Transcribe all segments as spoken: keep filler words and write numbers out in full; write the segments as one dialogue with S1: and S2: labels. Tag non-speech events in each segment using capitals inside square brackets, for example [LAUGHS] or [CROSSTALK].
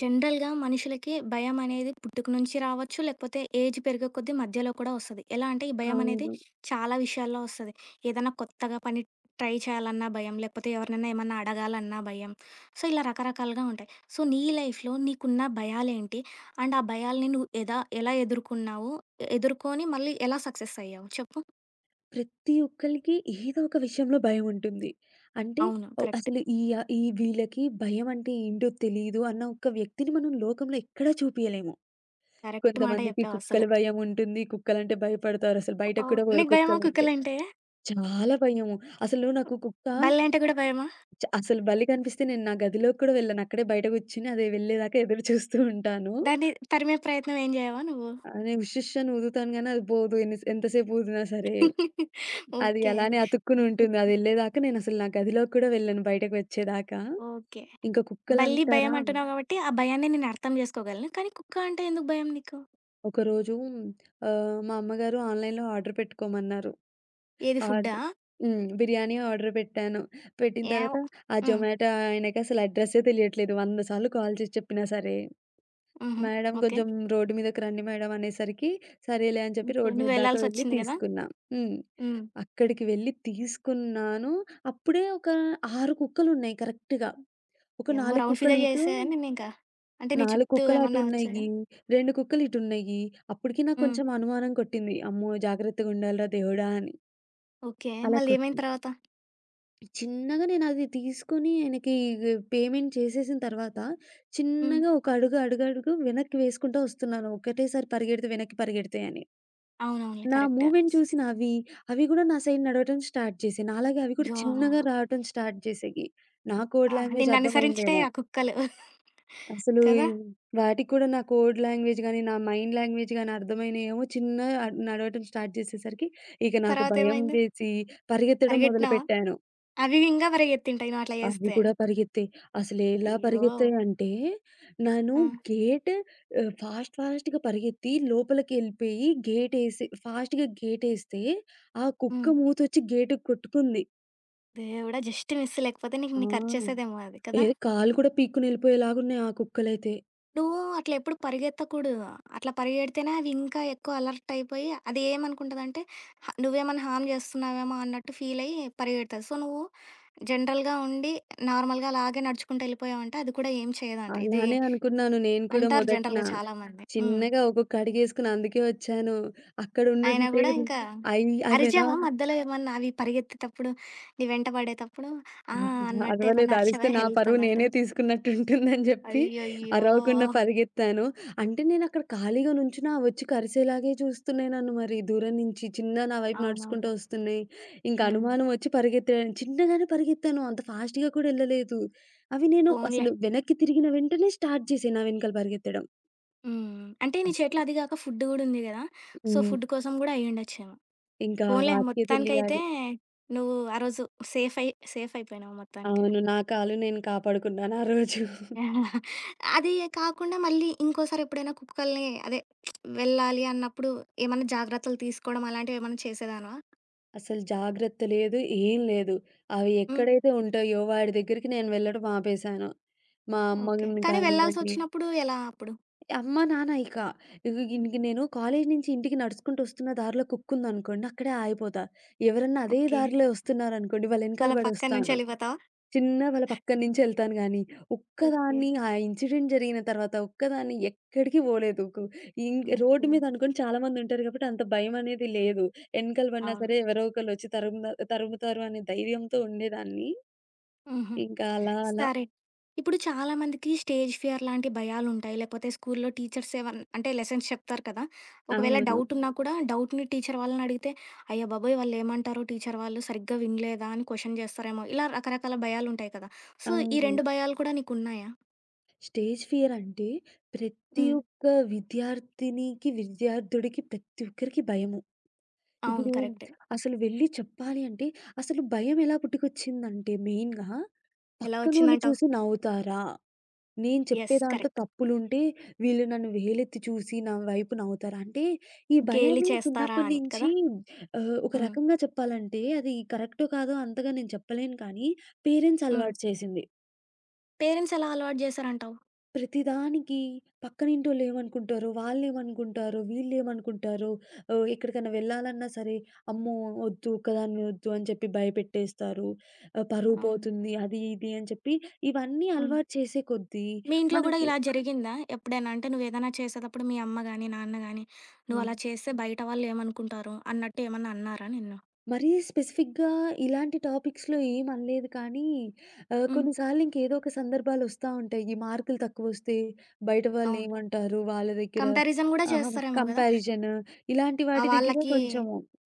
S1: జనరల్‌గా మనుషులకి భయం అనేది పుట్టుక నుంచి రావచ్చు. లేకపోతే ఏజ్ పెరిగే కొద్దీ మధ్యలో కూడా వస్తది. ఎలా అంటే ఈ భయం అనేది
S2: అవును.
S1: చాలా విషయాల్లో వస్తది. ఏదైనా కొత్తగా పని ట్రై చేయాలన్నా భయం, లేకపోతే ఎవరినైనా ఏమన్నా అడగాలన్నా భయం. సో, ఇలా రకరకాలుగా ఉంటాయి. సో, నీ లైఫ్‌లో నీకున్న భయాలేంటి? అండ్ ఆ భయాల్ని నువ్వు ఎదా ఎలా ఎదుర్కొన్నావు? ఎ- ఎదుర్కొని మళ్ళీ ఎలా సక్సెస్ అయ్యావు చెప్పు?
S2: ప్రతి ఒక్కళ్ళకి ఏదో ఒక విషయంలో భయం ఉంటుంది. అంటే
S1: అవును.
S2: ఆహ్,
S1: కరెక్ట్.
S2: అసలు ఈ ఆహ్, ఈ వీళ్ళకి భయం అంటే ఏంటో తెలీదు అన్న ఒక వ్యక్తిని మనం లోకంలో ఎక్కడా చూపియలేము.
S1: కరెక్ట్ మాట
S2: కొంతమందికి
S1: చెప్పావు
S2: కుక్కల
S1: అసలు.
S2: భయం ఉంటుంది. కుక్కలంటే భయపడతారు. అసలు బయటకు
S1: అవును.
S2: కూడా పోరు
S1: నీకు భయమా
S2: కుక్కలంటే.
S1: కుక్కలంటే?
S2: చాలా భయము. అసలు నాకు కుక్క
S1: బల్లంటే కూడా భయమా?
S2: చ అసలు బల్లి కనిపిస్తే నేను నా గదిలోకి కూడా వెళ్ళను. అక్కడే బయట కూర్చొని అది వెళ్ళేదాకా ఎదురు చూస్తూ ఉంటాను.
S1: దాన్ని తరిమే ప్రయత్నం ఏం చేయవా నువ్వు?
S2: ఆహ్, నేను ఉష్ ఉష్ అని ఊదుతాను గానీ అది పోదు ఎన్ని ఎంతసేపు ఊదినా సరే. అది
S1: ఓకే.
S2: అలానే అతుక్కునుంటుంది. అదెళ్ళేదాకా నేనసలు నా గదిలోకి కూడా వెళ్ళను బయటకి వచ్చేదాకా.
S1: ఓకే.
S2: ఇంక
S1: బల్లి భయం
S2: కుక్కలంటారా,
S1: అంటున్నావు గాబట్టి, ఆ భయాన్ని నేను అర్థం జేసుకోగలను. కానీ కుక్క అంటే ఎందుకు భయం నీకు?
S2: ఒకరోజు ఆహ్, మా అమ్మగారు ఆన్‌లైన్‌లో ఆర్డర్ పెట్టుకోమన్నారు.
S1: ఏది
S2: ఆర్డ్
S1: ఫుడ్డా?
S2: హ్మ్. బిర్యానీ ఆర్డర్ పెట్టాను. పెట్టిన
S1: ఏమో.
S2: తర్వాత ఆ
S1: హ్మ్.
S2: జొమాటో ఆయనకసలు అడ్రెస్సే తెలియట్లేదు. వంద సార్లు కాల్ చేసి చెప్పినా సరే.
S1: హుహు.
S2: Madam
S1: okay.
S2: కొంచెం రోడ్డు మీదకి రండి మేడం అనేసరికి, సరేలే అని చెప్పి
S1: ఓకే.
S2: రోడ్డు మీద దాకా వెళ్లి
S1: నువ్వెళ్ళాల్సొచ్చింది గదా!
S2: తీసుకున్నా. హ్మ్.
S1: హ్మ్.
S2: అక్కడికి వెళ్లి తీసుకున్నాను. అప్పుడే ఒక ఆరు కుక్కలున్నాయి కరెక్ట్‌గా. ఒక
S1: ఏమో
S2: నాలుగు
S1: రౌండ్
S2: కుక్కలు
S1: ఫిగర్
S2: ఇటు,
S1: జేసేయా నిన్నింకా? అంటే నీ
S2: నాలుగు
S1: చుట్టూ
S2: కుక్కలు
S1: ఏమన్నా
S2: అటున్నయి,
S1: వచ్చాయా?
S2: రెండు కుక్కలు ఇటున్నయి. అప్పటికి నాకు
S1: హ్మ్.
S2: కొంచెం అనుమానం కొట్టింది. అమ్మో! జాగ్రత్తగుండాలిరా దేవుడా! అని.
S1: ఓకే.
S2: అలా
S1: మళ్ళీ
S2: కొట్టి
S1: ఏమైంది తర్వాత?
S2: చిన్నగా నేనది తీసుకొని ఆయనకి పేమెంట్ చేసేసిన తర్వాత,
S1: హ్మ్.
S2: చిన్నగా ఒక అడుగు అడుగడుగు వెనక్కి వేసుకుంటూ వస్తున్నాను. ఒకటేసారి పరిగెడితే వెనక్కి పరిగెడితే అని.
S1: అవునవునులే.
S2: నా
S1: కరెక్టే.
S2: మూవ్‌మెంట్ చూసిన అవి, అవి గూడా నా సైడ్ నడవటం స్టార్ట్ చేసాయి. నాలాగే అవి కూడా
S1: యాహ్!
S2: చిన్నగా రావటం స్టార్ట్ చేసాయి. నా
S1: ఆ!
S2: కోడ్ లాంగ్వేజ్
S1: నిన్ననుసరించినాయి
S2: అర్థమైందేమో!
S1: ఆ కుక్కలు.
S2: అసలు ఈ
S1: కదా!
S2: వాటికి కూడా నా కోడ్ లాంగ్వేజ్ గాని, నా మైండ్ లాంగ్వేజ్ గాని అర్థమైనయేమో చిన్నగా నడవటం స్టార్ట్ చేసేసరికి, ఇక నాకు భయం
S1: తర్వాతేమైంది?
S2: వేసి పరిగెత్తడం
S1: పరిగెట్టినావా?
S2: మొదలుపెట్టాను.
S1: అవి ఇంగా పరిగెత్తుంటాయి నువ్వట్లా
S2: అవి
S1: జేస్తే.
S2: కూడా పరిగెత్తాయి. అసలెలా
S1: అయ్యో!
S2: పరిగెత్తాయంటే, నేను
S1: ఆ!
S2: గేట్ ఆహ్, ఫాస్ట్ ఫాస్ట్‌గా పరిగెత్తి లోపలికెళ్ళిపోయి గేటేసి ఫాస్ట్‌గా గేటేస్తే, ఆ కుక్క
S1: హ్మ్.
S2: మూతొచ్చి గేటుకి కొట్టుకుంది.
S1: దేవుడా! జస్ట్ మిస్, లేకపోతే నీకు
S2: ఆ!
S1: నీ ఖర్చేసేదేమో అది కదా!
S2: ఏదో కాళ్ళు కూడా పీక్కుని ఎళ్ళిపోయేలాగున్నాయి ఆ కుక్కలైతే.
S1: నువ్వు అట్లా ఎప్పుడు పరిగెత్తకూడదు. అట్లా పరిగెడితేనే అవి ఇంకా ఎక్కువ అలర్ట్ అయిపోయి అది ఏమనుకుంటదంటే హ నువ్వేమన్నా హార్మ్ చేస్తున్నావేమో అన్నట్టు ఫీల్ అయ్యి పరిగెడతది. సో, నువ్వు జనరల్‌గా ఉండి నార్మల్‌గా అలాగే నడుచుకుంటూ వెళ్ళిపోయావంటే అది కూడా ఏం చేయదంట. ఇది
S2: అలానే అనుకున్నాను నేను కూడా
S1: అంటారు
S2: మొదట్న.
S1: జనరల్‌గా చాలామంది. హ్మ్.
S2: చిన్నగా ఒక్కొక్క అడుగేసుకుని అందుకే వచ్చాను.
S1: అయినా
S2: అక్కడుండుంటే
S1: గూడా ఇంకా
S2: అయి అవెలా
S1: అరిచావా మధ్యలో ఏమన్నా అవి పరిగెత్తేటప్పుడు, నీ వెంట పడేటప్పుడు? ఆ!
S2: ఆహా!
S1: అన్నట్టు
S2: అరవలేదు.
S1: ఏమన్నా
S2: అరిస్తే
S1: అరిచావా
S2: నా
S1: హెల్ప్
S2: పరువు
S1: అన్నట్టు?
S2: నేనే తీసుకున్నట్టుంటుందని జెప్పి
S1: అయ్యయ్యో!
S2: అరవకుండా పరిగెత్తాను. అంటే నేనక్కడ ఖాళీగా నుంచున్నా అవొచ్చి కరిసేలాగే చూస్తున్నాయి నన్ను మరి దూరం నుంచి. చిన్నగా నా వైపు
S1: అవునవును.
S2: నడుచుకుంటూ వస్తున్నాయి. ఇంక
S1: హ్మ్.
S2: అనుమానం ఒచ్చి పరిగెత్తాను. చిన్నగానే పరిగెత్తాను. అంత ఫాస్ట్‌గా కూడా ఎళ్ళలేదు. అవి నేను
S1: పోనీలే.
S2: అసలు వెనక్కి తిరిగిన వెంటనే స్టార్ట్ చేశాయి నా వెనకాల పరిగెత్తడం.
S1: హ్మ్. అంటే నీ
S2: అస్
S1: చేతిలో అది గాక ఫుడ్ గూడా ఉంది గదా! సో,
S2: హ్మ్.
S1: ఫుడ్ కోసం గూడా అయ్యుండొచ్చేమో.
S2: ఇంకా
S1: పోనీలే,
S2: వాటికే
S1: మొత్తానికైతే
S2: తెలియాలి.
S1: నువ్వు ఆ రోజు సేఫ్ అయి సేఫ్ అయిపోయినావు మొత్తానికి.
S2: అవును. నా కాలు నేను కాపాడుకున్నాను ఆ రోజు.
S1: అది కాకుండా మళ్ళీ ఇంకోసారి ఎప్పుడైనా కుక్కల్ని అదే వెళ్ళాలి అన్నప్పుడు ఏమన్నా జాగ్రత్తలు తీసుకోవడం అలాంటివేమన్నా చేసేదానివా?
S2: అసలు జాగ్రత్త లేదు. ఏం లేదు. అవి
S1: హ్మ్.
S2: ఎక్కడైతే ఉంటాయో వాడి దగ్గరికి నేను వెళ్ళడం ఆపేశాను. మా
S1: ఓకే.
S2: అమ్మని
S1: కానీ
S2: కానివ్వండి
S1: వెళ్ళాల్సొచ్చినప్పుడు ఎలా అప్పుడు?
S2: అమ్మ, నాన్న ఇక. ఇగ ఇంక నేను కాలేజీ నుంచి ఇంటికి నడుచుకుంటూ వస్తున్న దారిలో కుక్కుందనుకోండి అక్కడే ఆగిపోతా. ఎవరన్నా అదే
S1: ఓకే.
S2: దారిలో వస్తున్నారనుకోండి వాళ్ళ ఎనకాల
S1: వాళ్ళ పక్కన నుంచి
S2: పడొస్తాను.
S1: ఎళ్ళిపోతావా?
S2: చిన్న వాళ్ళ పక్కన నుంచెళ్తాను గానీ,
S1: ఓకే.
S2: ఒక్కదాన్ని ఆ ఇన్సిడెంట్ జరిగిన తర్వాత ఒక్కదాన్ని ఎక్కడికి పోలేదు. కు ఇంక్ రోడ్డు
S1: ఓకే.
S2: మీద అనుకోండి చాలా మందుంటారు కాబట్టి అంత భయమనేది లేదు. ఎనకాల పడినా
S1: అవును.
S2: సరే ఎవరో ఒకళ్ళొచ్చి తరుముద తరుముతారు అనే ధైర్యంతో ఉండేదాన్ని.
S1: హుహు.
S2: ఇంకా అలా అలా
S1: సరే. ఇప్పుడు చాలామందికి స్టేజ్ ఫియర్ లాంటి భయాలుంటాయి. లేకపోతే స్కూల్లో టీచర్స్ ఏవన్నా అంటే లెసన్స్ చెప్తారు కదా! ఒకవేళ
S2: అవును.
S1: డౌటున్నా కూడా డౌట్‌ని టీచర్ వాళ్ళని అడిగితే, అయ్య బాబోయ్! వాళ్ళేమంటారో, టీచర్ వాళ్ళు సరిగ్గా వినలేదా అని క్వెషన్ చేస్తారేమో. ఇలా రకరకాల భయాలుంటాయి కదా! సో, ఈ
S2: అవును.
S1: రెండు భయాలు కూడా నీకున్నాయా?
S2: స్టేజ్ ఫియర్ అంటే ప్రతి
S1: హ్మ్.
S2: ఒక్క విద్యార్థినికి, విద్యార్థుడికి ప్రతి ఒక్కరికి భయము.
S1: అవును.
S2: ఇప్పుడు
S1: కరెక్టే.
S2: అసలు వెళ్ళి చెప్పాలి అంటే, అసలు భయం ఎలా పుట్టుకొచ్చిందంటే మెయిన్‌గా
S1: ఎలా
S2: పక్కనోళ్ళు
S1: వచ్చిందంటావు?
S2: చూసి నవ్వుతారా? నేను చెప్పే
S1: యెస్.
S2: దాంట్లో
S1: కరెక్ట్.
S2: తప్పులుంటే వీళ్ళు నన్ను వేలెత్తి చూసి నా వైపు నవ్వుతారా? అంటే ఈ
S1: గేలి
S2: భయాన్ని
S1: చేస్తారా
S2: చిన్నప్పటి
S1: అని కదా!
S2: నుంచి ఆహ్, ఒక
S1: హ్మ్.
S2: రకంగా చెప్పాలంటే అది కరెక్టో కాదో అంతగా నేను చెప్పలేను కానీ పేరెంట్స్
S1: హ్మ్.
S2: అలవాటు చేసింది.
S1: పేరెంట్స్ ఎలా అలవాటు చేశారంటావు?
S2: ప్రతిదానికి పక్కనింటోళ్ళు ఏమనుకుంటారో, వాళ్ళేమనుకుంటారో, వీళ్ళేమనుకుంటారో, ఆహ్, ఎక్కడికైనా వెళ్ళాలన్నా సరే, అమ్మో! వద్దు ఒక్కదాన్ని వద్దు అని చెప్పి భయపెట్టేస్తారు. ఆహ్, పరువు
S1: అవును.
S2: పోతుంది అది ఇది అని చెప్పి, ఇవన్నీ
S1: హ్మ్.
S2: అలవాటు చేసే కొద్దీ
S1: మీ ఇంట్లో గూడా
S2: మనకి
S1: ఇలా జరిగిందా ఎప్పుడైనా? అంటే నువ్వేదైనా చేసేటప్పుడు మీ అమ్మ గాని, నాన్న గాని,
S2: హ్మ్.
S1: నువ్వలా చేస్తే బయట వాళ్ళేమనుకుంటారు అన్నట్టు ఏమన్నా అన్నారా నిన్ను?
S2: మరీ స్పెసిఫిక్‌గా ఇలాంటి టాపిక్స్‌లో ఏమనలేదు కానీ, ఆహ్,
S1: హ్మ్.
S2: కొన్నిసార్లు ఇంకేదో ఒక సందర్భాలొస్తా ఉంటాయి. ఈ మార్కులు తక్కువొస్తే బయట
S1: అవును.
S2: వాళ్ళేమంటారు? వాళ్ళ దగ్గర
S1: కంపారిజన్ గూడా
S2: ఆహా!
S1: చేస్తారేమో గదా!
S2: కంపారిజన్ ఇలాంటి
S1: ఆ!
S2: వాటి దగ్గర
S1: వాళ్ళకి
S2: కొంచెం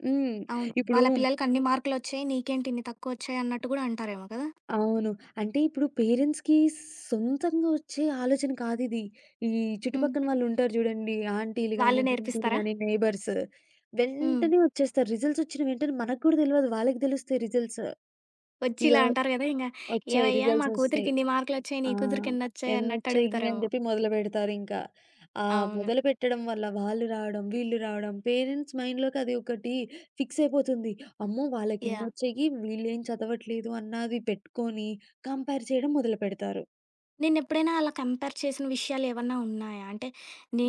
S2: హ్మ్.
S1: అవును.
S2: ఇప్పుడు
S1: వాళ్ళ పిల్లలకన్ని మార్కులొచ్చాయి. నీకేంటి ఇన్ని తక్కువొచ్చాయి అన్నట్టు గూడా అంటారేమో కదా!
S2: అవును. అంటే ఇప్పుడు పేరెంట్స్‌కి సొంతంగా వచ్చే ఆలోచన కాదిది. ఈ
S1: హ్మ్.
S2: చుట్టుపక్కన వాళ్ళుంటారు చూడండి. ఆంటీలు
S1: వాళ్ళు
S2: గాని, గింటీలు
S1: నేర్పిస్తారా?
S2: గాని, నైబర్స్.
S1: హ్మ్.
S2: వెంటనే వచ్చేస్తారు. రిజల్ట్స్ వచ్చిన వెంటనే మనకు కూడా తెలవదు. వాళ్ళకి తెలుస్తాయి రిజల్ట్స్.
S1: వచ్చి
S2: ఇగ
S1: ఇలా అంటారు గదా! ఇంగ
S2: వచ్చాయి.
S1: "ఏవయ్యా! మా
S2: రిజల్ట్సొస్తాయి.
S1: కూతురికిన్ని మార్కులొచ్చాయి. నీ
S2: ఆ!
S1: కూతురికెన్నొచ్చాయి" అన్నట్టు
S2: ఎన్నొచ్చాయి అని
S1: అడుగుతారేమో.
S2: జెప్పి మొదలుపెడతారింకా. ఆ
S1: అవును.
S2: మొదలుపెట్టడం వల్ల వాళ్ళు రావడం, వీళ్ళు రావడం, పేరెంట్స్ మైండ్‌లోకి అది ఒకటి ఫిక్స్ అయిపోతుంది. అమ్మో!
S1: యాహ్!
S2: వాళ్ళకిన్నొచ్చాయి, వీళ్ళేం చదవట్లేదు అన్నది పెట్టుకొని కంపేర్ చేయడం మొదలుపెడతారు.
S1: నిన్నెప్పుడైనా అలా కంపేర్ చేసిన విషయాలేవన్నా ఉన్నాయా? అంటే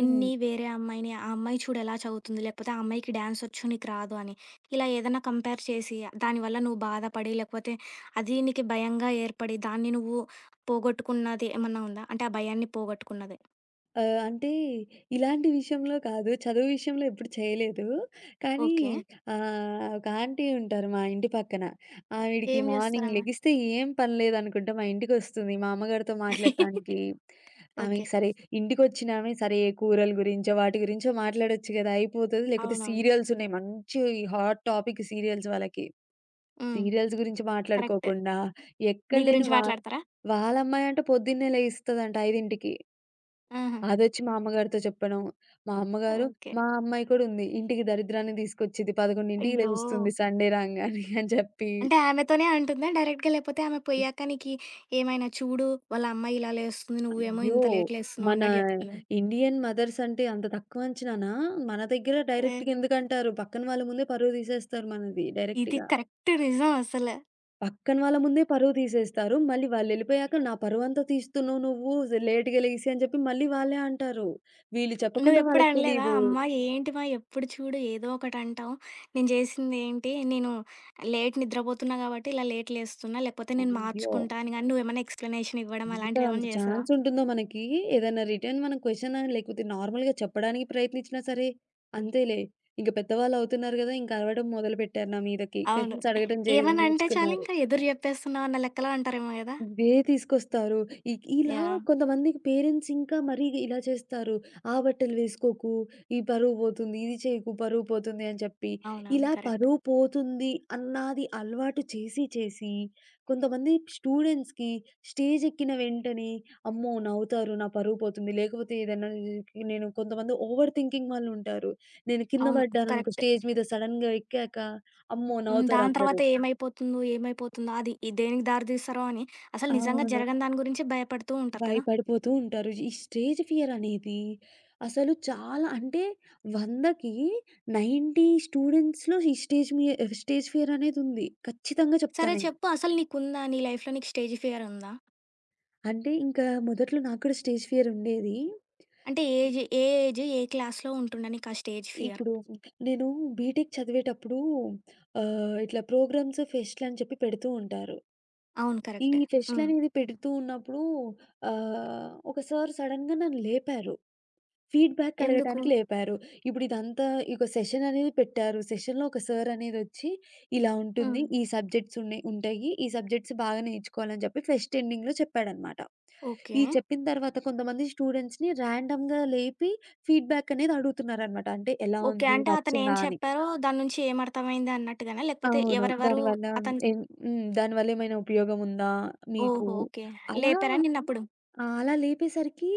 S2: హ్మ్.
S1: వేరే అమ్మాయిని, ఆ అమ్మాయి చూడు ఎలా చదువుతుంది, లేకపోతే ఆ అమ్మాయికి డాన్సొచ్చు నీకు రాదు అని. ఇలా ఏదన్నా కంపేర్ చేసి, దానివల్ల నువ్వు బాధపడి, లేకపోతే అది నీకు భయంగా ఏర్పడి, దాన్ని నువ్వు పోగొట్టుకున్నది ఏమన్నా ఉందా? అంటే ఆ భయాన్ని పోగొట్టుకున్నది.
S2: ఆహ్, అంటే ఇలాంటి విషయంలో కాదు. చదువు విషయంలో ఎప్పుడు చేయలేదు. కానీ
S1: ఓకే.
S2: ఆహ్, ఒక ఆంటీ ఉంటారు మా ఇంటి పక్కన. ఆవిడకి
S1: ఏం
S2: మార్నింగ్
S1: చేస్తారమె?
S2: లెగిస్తే ఏం పని లేదనుకుంటా మా ఇంటికొస్తుంది మా అమ్మగారితో మాట్లాడటానికి.
S1: [LAUGHS] ఓకే.
S2: ఆమెకి సరే ఇంటికొచ్చినామె సరే ఏ కూరల గురించో, వాటి గురించో మాట్లాడొచ్చు గదా! అయిపోతది. లేకపోతే
S1: అవునవును.
S2: సీరియల్స్ ఉన్నాయి. మంచి హాట్ టాపిక్ సీరియల్స్ వాళ్ళకి.
S1: హ్మ్.
S2: సీరియల్స్ గురించి
S1: కరెక్ట్.
S2: మాట్లాడుకోకుండా ఎక్కడ
S1: నీ
S2: లేని
S1: గురించి
S2: వా
S1: మాట్లాడతారా?
S2: వాళ్ళ అమ్మాయి అంటే పొద్దున్నే లెగిస్తదంట ఐదుకి.
S1: ఆహా!
S2: అదొచ్చి మా అమ్మగారితో చెప్పడం. మా అమ్మగారు
S1: ఓకే.
S2: మా అమ్మాయి కూడా ఉంది. ఇంటికి దరిద్రాన్ని తీసుకొచ్చిద్ది. పదకొండుకి
S1: అయ్యో!
S2: లెగుస్తుంది సండే రాంగానే అని చెప్పి.
S1: అంటే ఆమెతోనే అంటుందా డైరెక్ట్‌గా? లేపోతే ఆమె పోయాక నీకి ఏమైనా చూడు వాళ్ళ అమ్మ ఇలా లేస్తుంది, నువ్వేమో
S2: అయ్యో!
S1: ఇంత లేట్ లేస్తున్నావు
S2: మన
S1: అన్నట్టు జెప్తుందా?
S2: ఇండియన్ మదర్స్ అంటే అంత తక్కువ అంచనానా? మన దగ్గర
S1: ఏ
S2: డైరెక్ట్‌గా ఎందుకంటారు? పక్కన వాళ్ళ ముందే పరువు తీసేస్తారు మనది
S1: ఇది
S2: డైరెక్ట్‌గా.
S1: కరెక్ట్ నిజం అసల.
S2: పక్కన వాళ్ళ ముందే పరువు తీసేస్తారు. మళ్ళీ వాళ్ళెళ్ళిపోయాక నా పరువంతా తీస్తున్నావు నువ్వు లేట్‌గా లెగిసి అని చెప్పి మళ్ళీ వాళ్ళే అంటారు. వీళ్ళు చెప్పకుండా
S1: నువ్వెప్పుడు
S2: వాళ్ళకి
S1: అనలేదా?
S2: తెలీదు.
S1: అమ్మ ఏంటిమా, ఎప్పుడు చూడు ఏదో ఒకటంటావు. నేను జేసిందేంటి? నేను లేట్ నిద్రపోతున్నా గాబట్టి ఇలా లేట్ లేస్తున్నా. లేకపోతే నేను
S2: అయ్యో!
S1: మార్చుకుంటా అని గాని నువ్వేమన్నా ఎక్స్‌ప్లనేషన్ ఇవ్వడం
S2: అంత అంత
S1: అలాంటివేమన్నా జేసావా?
S2: ఛాన్స్ ఉంటుందో మనకి? ఏదైనా రిటర్న్ మనం క్వెషనా లేకపోతే నార్మల్‌గా చెప్పడానికి ప్రయత్నించినా సరే, అంతేలే ఇంక పెద్దవాళ్ళవుతున్నారు గదా! ఇంక అరవడం మొదలుపెట్టారు నా మీదకి.
S1: అవును.
S2: క్వెషన్స్ అడగడం జే
S1: ఏమన్నా అంటే చాలు,
S2: నేర్చుకున్నారు.
S1: ఇంకా ఎదురు జెప్పేస్తున్నావు అన్న లెక్కలో అంటారేమో గదా!
S2: ఇవే తీసుకొస్తారు. ఇ ఇలా
S1: యాహ్!
S2: కొంతమందికి పేరెంట్స్ ఇంకా మరీ ఇలా చేస్తారు. ఆ బట్టలు వేసుకోకు, ఈ పరువు పోతుంది, ఇది చేయకు పరువు పోతుంది అని చెప్పి,
S1: అవునవును.
S2: ఇలా
S1: కరెక్ట్.
S2: పరువు పోతుంది అన్నది అలవాటు చేసి చేసి కొంతమంది స్టూడెంట్స్‌కి స్టేజ్ ఎక్కిన వెంటనే అమ్మో! నవ్వుతారు నా పరువు పోతుంది. లేకపోతే ఏదైనా నేను కొంతమంది ఓవర్ థింకింగ్ వాళ్ళు ఉంటారు. నేను కింద
S1: అవును.
S2: పడ్డాననుకో
S1: కరెక్ట్.
S2: స్టేజ్ మీద సడెన్‌గా ఎక్కాక అమ్మో!
S1: హ్మ్.
S2: నవ్వుతారు
S1: దాని
S2: అందరూ.
S1: తర్వాత ఏమైపోతుందో, ఏమైపోతుందో, అది ఈ దేనికి దారి తీస్తారో అని అసలు నిజంగా
S2: అవును.
S1: జరగని దాని గురించి భయపడుతూ ఉంటారు కదా!
S2: భయపడిపోతూ ఉంటారు. ఈ స్టేజ్ ఫియర్ అనేది అసలు చాలా అంటే వందకి తొంభై స్టూడెంట్స్‌లో ఈ స్టేజ్ మీ స్టేజ్ ఫియర్ అనేది ఉంది. ఖచ్చితంగా చెప్తా
S1: సరే
S2: నేను.
S1: చెప్పు, అసలు నీకుందా? నీ లైఫ్‌లో నీకు స్టేజ్ ఫియర్ ఉందా?
S2: అంటే ఇంకా మొదట్లో నాకు కూడా స్టేజ్ ఫియర్ ఉండేది.
S1: అంటే ఏజ్ ఏ ఏజ్, ఏ క్లాస్‌లో ఉంటుండే నీకు ఆ స్టేజ్ ఫియర్?
S2: ఇప్పుడు నేను బీటెక్ చదివేటప్పుడు ఆహ్, ఇట్లా ప్రోగ్రామ్స్, ఫెస్ట్‌లు అని చెప్పి పెడుతూ ఉంటారు.
S1: అవును.
S2: ఈ
S1: కరెక్టే.
S2: ఫెస్ట్‌లు
S1: హ్మ్.
S2: అనేది పెడుతూ ఉన్నప్పుడు ఆహ్, ఒక సార్ సడెన్‌గా నన్ను లేపారు. ఫీడ్‌బ్యాక్
S1: ఎందుకు?
S2: అడగటానికి లేపారు. ఇప్పుడిదంతా ఇక సెషన్ అనేది పెట్టారు. సెషన్‌లో ఒక సార్ అనేదొచ్చి, "ఇలా ఉంటుంది.
S1: హ్మ్.
S2: ఈ సబ్జెక్ట్స్ ఉన్నాయి ఉంటాయి. ఈ సబ్జెక్ట్స్ బాగా నేర్చుకోవాలని" చెప్పి ఫెస్ట్ ఎండింగ్‌లో చెప్పాడనమాట.
S1: ఓకే.
S2: ఈ చెప్పిన తర్వాత కొంతమంది స్టూడెంట్స్‌ని ర్యాండమ్‌గా లేపి ఫీడ్‌బ్యాక్ అనేది అడుగుతున్నారనమాట. అంటే ఎలా
S1: ఓకే.
S2: ఉంది?
S1: అంటే అతను ఏం
S2: నచ్చిందా? అని.
S1: చెప్పారో దాని నుంచి ఏం అర్థమైంది అన్నట్టుగానా? లేకపోతే
S2: అవును.
S1: ఎవరెవరు
S2: దానివల్ల
S1: అతను
S2: ఏం హ్మ్. దానివల్ల ఏమైనా ఉపయోగం ఉందా మీకు?
S1: ఓహో! ఓకే.
S2: అలా
S1: లేపారా నిన్నప్పుడు?
S2: ఆ! అలా లేపేసరికి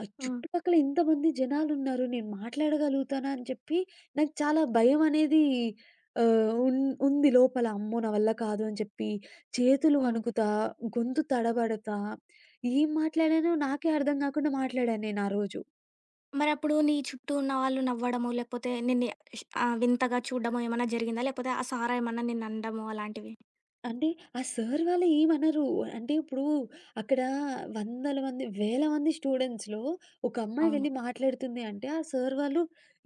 S2: ఆ
S1: హ్మ్.
S2: చుట్టుపక్కల ఇంతమంది జనాలున్నారు. నేను మాట్లాడగలుగుతానా అని చెప్పి నాకు చాలా భయం అనేది ఆహ్, ఉన్ ఉంది లోపల. అమ్మో! నా వల్ల కాదు అని చెప్పి చేతులు
S1: హ్మ్.
S2: వణుకుతా, గొంతు తడబడతా, ఏం మాట్లాడానో నాకే అర్థం కాకుండా మాట్లాడాను నేను ఆ రోజు.
S1: మరప్పుడు నీ చుట్టూ ఉన్న వాళ్ళు నవ్వడమో, లేకపోతే నిన్ను ష్ ఆహ్, వింతగా చూడడమో ఏమన్నా జరిగిందా? లేకపోతే ఆ సారా ఏమన్నా నిన్నండమో అలాంటివి?
S2: అంటే ఆ సార్ వాళ్ళు ఏమనరు. అంటే ఇప్పుడు అక్కడ వందల మంది, వేల మంది స్టూడెంట్స్‌లో ఒక అమ్మాయి
S1: అవును.
S2: వెళ్లి మాట్లాడుతుంది అంటే, ఆ సార్ వాళ్ళు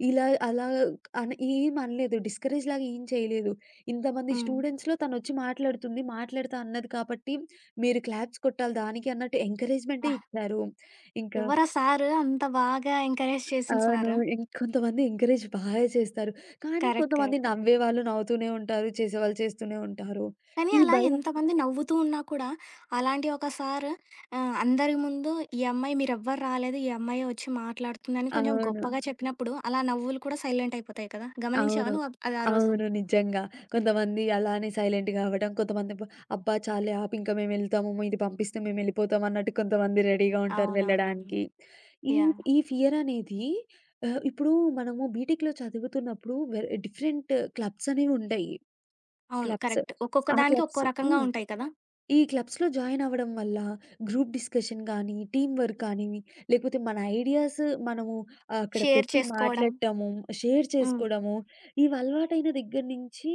S2: ఇలా అలా అని ఏమి అనలేదు. డిస్కరేజ్ లాగా ఏం చేయలేదు. ఇంతమంది
S1: హ్మ్.
S2: స్టూడెంట్స్‌లో తనొచ్చి మాట్లాడుతుంది. మాట్లాడతా అన్నది కాబట్టి మీరు క్లాప్స్ కొట్టాలి దానికి అన్నట్టు ఎంకరేజ్‌మెంటే
S1: అబ్బా!
S2: ఇచ్చారు. ఇంకా
S1: ఎవరా సారు అంత బాగా ఎంకరేజ్ చేసిన
S2: అవును.
S1: సారు.
S2: ఇంకొంతమంది ఎంకరేజ్ బాగా చేస్తారు. కానీ
S1: కరెక్ట్.
S2: కొంతమంది
S1: కరెక్ట్.
S2: నవ్వేవాళ్ళు నవ్వుతూనే ఉంటారు. చేసేవాళ్ళు చేస్తూనే ఉంటారు.
S1: కానీ
S2: ఈ
S1: అలా
S2: భయం
S1: ఎంతమంది నవ్వుతూ ఉన్నా కూడా, అలాంటి ఒక సారు ఆహ్, అందరి ముందు ఈ అమ్మాయి మీరెవ్వరు రాలేదు. ఈ అమ్మాయే వచ్చి మాట్లాడుతుందని కొంచెం
S2: అవును.
S1: గొప్పగా చెప్పినప్పుడు, అలా నవ్వులు కూడా సైలెంట్ అయిపోతాయి కదా! గమనించావా
S2: అవును.
S1: నువ్వు అ- అది ఆ రోజు?
S2: అవును. నిజంగా. కొంతమంది అలానే సైలెంట్‌గా అవ్వడం, కొంతమంది బ అబ్బా! చాల్లే ఆపు ఇంక మేమెళ్తాము. ఇది పంపిస్తే మేమెళ్ళిపోతాం అన్నట్టు కొంతమంది రెడీగా ఉంటారు
S1: అవునవునవును.
S2: వెళ్ళడానికి. ఈ
S1: యాహ్!
S2: ఈ ఫియర్ అనేది ఆహ్, ఇప్పుడు మనము బీటెక్‌లో చదువుతున్నప్పుడు వె డిఫరెంట్ క్లబ్స్ అనేవి ఉంటాయి.
S1: అవును.
S2: క్లబ్స్.
S1: కరెక్ట్. ఒక్కొక్క
S2: ఆ
S1: దానికి ఒక్కో
S2: క్లబ్స్
S1: రకంగా
S2: హ్మ్.
S1: ఉంటాయి కదా!
S2: ఈ క్లబ్స్‌లో జాయిన్ అవ్వడం వల్ల గ్రూప్ డిస్కషన్ కానీ, టీమ్ వర్క్ కానీ, లేకపోతే మన ఐడియాస్ మనము అక్కడ
S1: షేర్
S2: పెట్టి
S1: చేసుకోవడం.
S2: మాట్లాడటము, షేర్
S1: హ్మ్.
S2: చేసుకోవడము, ఇవి అలవాటైన దగ్గర నుంచి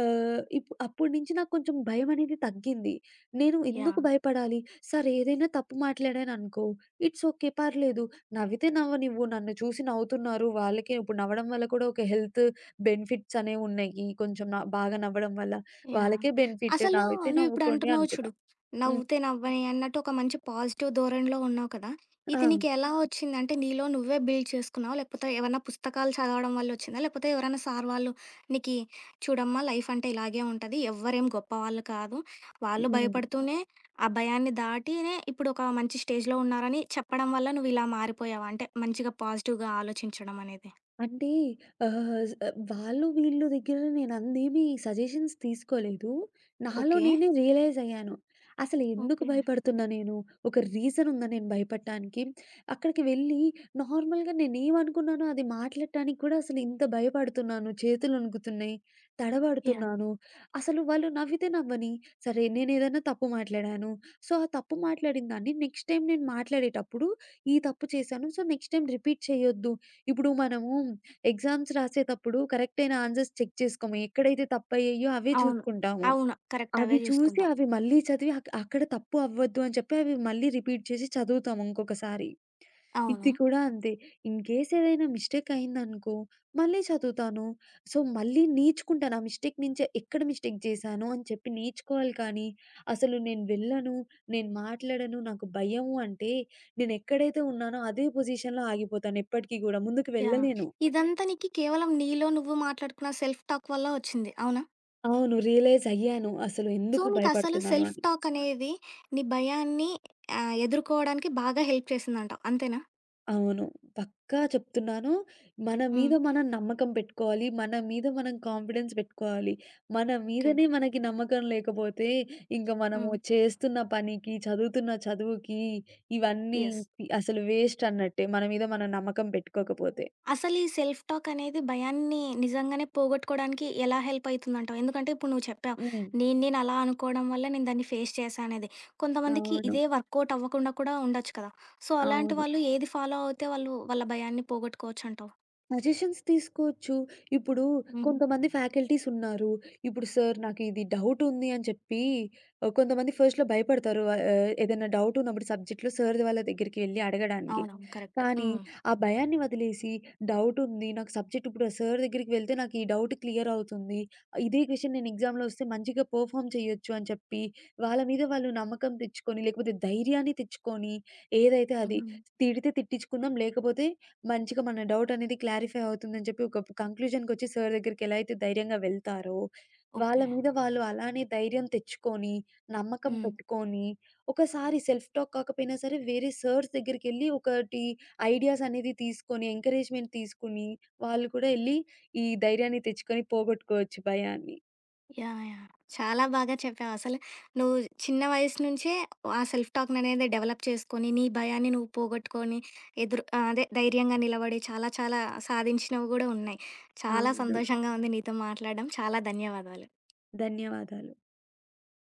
S2: ఆహ్, ఇప్ అప్పటి నుంచి నాకు కొంచెం భయం అనేది తగ్గింది. నేను ఎందుకు
S1: యాహ్!
S2: భయపడాలి? సరే ఏదైనా తప్పు మాట్లాడాననుకో, ఇట్స్ ఓకే. పర్లేదు. నవ్వితే నవ్వనివ్వు. నన్ను చూసి నవ్వుతున్నారు. వాళ్ళకే ఇప్పుడు నవ్వడం వల్ల కూడా ఒక హెల్త్ బెనిఫిట్స్ అనేవి ఉన్నాయి. కొంచెం న బాగా నవ్వడం వల్ల.
S1: యాహ్!
S2: వాళ్ళకే బెనిఫిట్.
S1: అసలు
S2: నావైతే నవ్వుకోండి
S1: నువ్విప్పుడంటున్నావు
S2: అనుకున్నా.
S1: చూడు.
S2: హ్మ్.
S1: నవ్వుతే నవ్వని అన్నట్టు ఒక మంచి పాజిటివ్ ధోరణిలో ఉన్నావు కదా!
S2: ఆ!
S1: ఇది నీకెలా వచ్చిందంటే నీలో నువ్వే బిల్డ్ చేసుకున్నావా? లేకపోతే ఏవన్నా పుస్తకాలు చదవడం వల్లొచ్చిందా? లేకపోతే ఎవరైనా సార్ వాళ్ళు నీకి చూడమ్మా లైఫ్ అంటే ఇలాగే ఉంటది. ఎవ్వరేం గొప్పవాళ్ళు కాదు. వాళ్ళు
S2: హ్మ్.
S1: భయపడుతూనే ఆ భయాన్ని దాటినే ఇప్పుడు ఒక మంచి స్టేజ్‌లో ఉన్నారని చెప్పడం వల్ల నువ్విలా మారిపోయావా? అంటే మంచిగా పాజిటివ్‌గా ఆలోచించడం అనేది.
S2: అంటే ఆహ్, జ్ వాళ్ళు వీళ్ళు దగ్గర నేనందేమి సజెషన్స్ తీసుకోలేదు. నాలో
S1: ఓకే.
S2: నేనే రియలైజ్ అయ్యాను. అసలు ఎందుకు
S1: ఓకే.
S2: భయపడుతున్నా నేను? ఒక రీజన్ ఉందా నేను భయపడటానికి? అక్కడికి వెళ్ళి నార్మల్‌గా నేనేమనుకున్నానో అది మాట్లాడటానికి కూడా అసలు ఇంత భయపడుతున్నాను. చేతులు వణుకుతున్నాయి.
S1: యాహ్!
S2: తడబడుతున్నాను. అసలు వాళ్ళు నవ్వితే నవ్వని, సరే నేనేదైనా తప్పు మాట్లాడాను. సో, ఆ తప్పు మాట్లాడిన దాన్ని నెక్స్ట్ టైమ్ నేను మాట్లాడేటప్పుడు, ఈ తప్పు చేశాను. సో, నెక్స్ట్ టైమ్ రిపీట్ చేయొద్దు. ఇప్పుడు మనము ఎగ్జామ్స్ రాసేతప్పుడు కరెక్ట్ అయిన ఆన్సర్స్ చెక్ చేసుకోము. ఎక్కడైతే తప్పయ్యాయో అవే
S1: అవును.
S2: చూసుకుంటాము.
S1: అవును. కరెక్ట్.
S2: అవి
S1: అవే
S2: చూసి
S1: జూసుకుంటాం.
S2: అవి మళ్ళీ చదివి అక్ అక్కడ తప్పు అవ్వద్దు అని చెప్పి అవి మళ్ళీ రిపీట్ చేసి చదువుతాము ఇంకొకసారి.
S1: అవును.
S2: ఇది కూడా అంతే. ఇన్ కేస్ ఏదైనా మిస్టేక్ అయిందనుకో మళ్ళీ చదువుతాను. సో, మళ్ళీ నేర్చుకుంటాను. ఆ మిస్టేక్ నుంచే ఎక్కడ మిస్టేక్ చేశాను అని చెప్పి నేర్చుకోవాలి కానీ, అసలు నేను వెళ్ళను, నేను మాట్లాడను, నాకు భయము అంటే నేనెక్కడైతే ఉన్నానో అదే పొజిషన్‌లో ఆగిపోతాను ఎప్పటికి గూడా. ముందుకు
S1: యాహ్!
S2: వెళ్ళలేను.
S1: ఇదంతా నీకి కేవలం నీలో నువ్వు మాట్లాడుకున్న సెల్ఫ్ టాక్ వల్ల వచ్చింది. అవునా?
S2: అవును. రియలైజ్ అయ్యాను. అసలు
S1: సో,
S2: ఎందుకు
S1: నీకసలు
S2: భయపడుతున్నాను
S1: సెల్ఫ్
S2: అని.
S1: టాక్ అనేది నీ భయాన్ని ఆహ్, ఎదుర్కోవడానికి బాగా హెల్ప్ చేసిందంటావు. అంతేనా?
S2: అవును. పక్కా చెప్తున్నాను. మన
S1: హ్మ్.
S2: మీద మనం నమ్మకం పెట్టుకోవాలి. మన మీద మనం కాన్ఫిడెన్స్ పెట్టుకోవాలి. మన
S1: ఓకే.
S2: మీదనే మనకి నమ్మకం లేకపోతే ఇంక మనము
S1: హ్మ్.
S2: చేస్తున్న పనికి, చదువుతున్న చదువుకి ఇవన్నీ
S1: యెస్.
S2: అసలు వేస్ట్ అన్నట్టే. మన మీద మనం నమ్మకం పెట్టుకోకపోతే.
S1: అసలు ఈ సెల్ఫ్ టాక్ అనేది భయాన్ని నిజంగానే పోగొట్టుకోవడానికి ఎలా హెల్ప్ అవుతుందంటావు? ఎందుకంటే ఇప్పుడు నువ్వు చెప్పావు.
S2: హ్మ్.
S1: నేను నేను అలా అనుకోవడం వల్ల నేను దాన్ని ఫేస్ చేశా అనేది. కొంతమందికి
S2: అవును.
S1: ఇదే వర్కౌట్ అవ్వకుండా కూడా ఉండొచ్చు కదా! సో, అలాంటి
S2: అవును.
S1: వాళ్ళు ఏది ఫాలో అవుతే వాళ్ళు వాళ్ళ భయాన్ని పోగొట్టుకోవచ్చంటావు?
S2: సజెషన్స్ తీసుకోవచ్చు. ఇప్పుడు
S1: హుహు.
S2: కొంతమంది ఫ్యాకల్టీస్ ఉన్నారు. ఇప్పుడు "సార్ నాకు ఇది డౌట్ ఉంది" అని చెప్పి ఆహ్, కొంతమంది ఫస్ట్‌లో భయపడతారు. ఆహ్, ఏదైనా డౌట్ ఉన్నప్పుడు సబ్జెక్ట్‌లో సార్ వాళ్ళ దగ్గరికి వెళ్లి అడగడానికి.
S1: అవునవును. కరెక్ట్.
S2: కానీ
S1: హ్మ్.
S2: ఆ భయాన్ని వదిలేసి "డౌట్ ఉంది. నాకు సబ్జెక్ట్ ఇప్పుడు సార్ దగ్గరికి వెళ్తే నాకు ఈ డౌట్ క్లియర్ అవుతుంది. ఇదే క్వెషన్ నేను ఎగ్జామ్‌లో వస్తే మంచిగా పెర్ఫార్మ్ చేయొచ్చు" అని చెప్పి వాళ్ళ మీద వాళ్ళు నమ్మకం తెచ్చుకొని, లేకపోతే ధైర్యాన్ని తెచ్చుకొని ఏదైతే అది
S1: హ్మ్.
S2: తిడితే తిట్టించుకుందాం లేకపోతే మంచిగా మన డౌటనేది క్లారిఫై అవుతుందని చెప్పి ఒక కంక్లూజన్‌కొచ్చి సార్ దగ్గరికెలా అయితే ధైర్యంగా వెళ్తారో, వాళ్ళ
S1: ఓకే.
S2: మీద వాళ్ళు అలానే ధైర్యం తెచ్చుకొని, నమ్మకం
S1: హ్మ్.
S2: పెట్టుకొని, ఒకసారి సెల్ఫ్ టాక్ కాకపోయినా సరే వేరే సార్స్ దగ్గరికెళ్ళి ఒకటి ఐడియాస్ అనేది తీసుకొని, ఎంకరేజ్‌మెంట్ తీసుకొని, వాళ్ళు కూడా ఎళ్లి ఈ ధైర్యాన్ని తెచ్చుకొని పోగొట్టుకోవచ్చు భయాన్ని.
S1: యాహ్! యాహ్! చాలా బాగా చెప్పావు. అసలు నువ్వు చిన్న వయసు నుంచే ఆ సెల్ఫ్ టాక్‌ననేది డెవలప్ చేసుకొని, నీ భయాన్ని నువ్వు పోగొట్టుకొని, ఎదురు ఆహ్, అదే ధైర్యంగా నిలబడి చాలా చాలా సాధించినవి గూడా ఉన్నాయి. చాలా
S2: అవును.
S1: సంతోషంగా ఉంది నీతో మాట్లాడడం. చాలా ధన్యవాదాలు.
S2: ధన్యవాదాలు.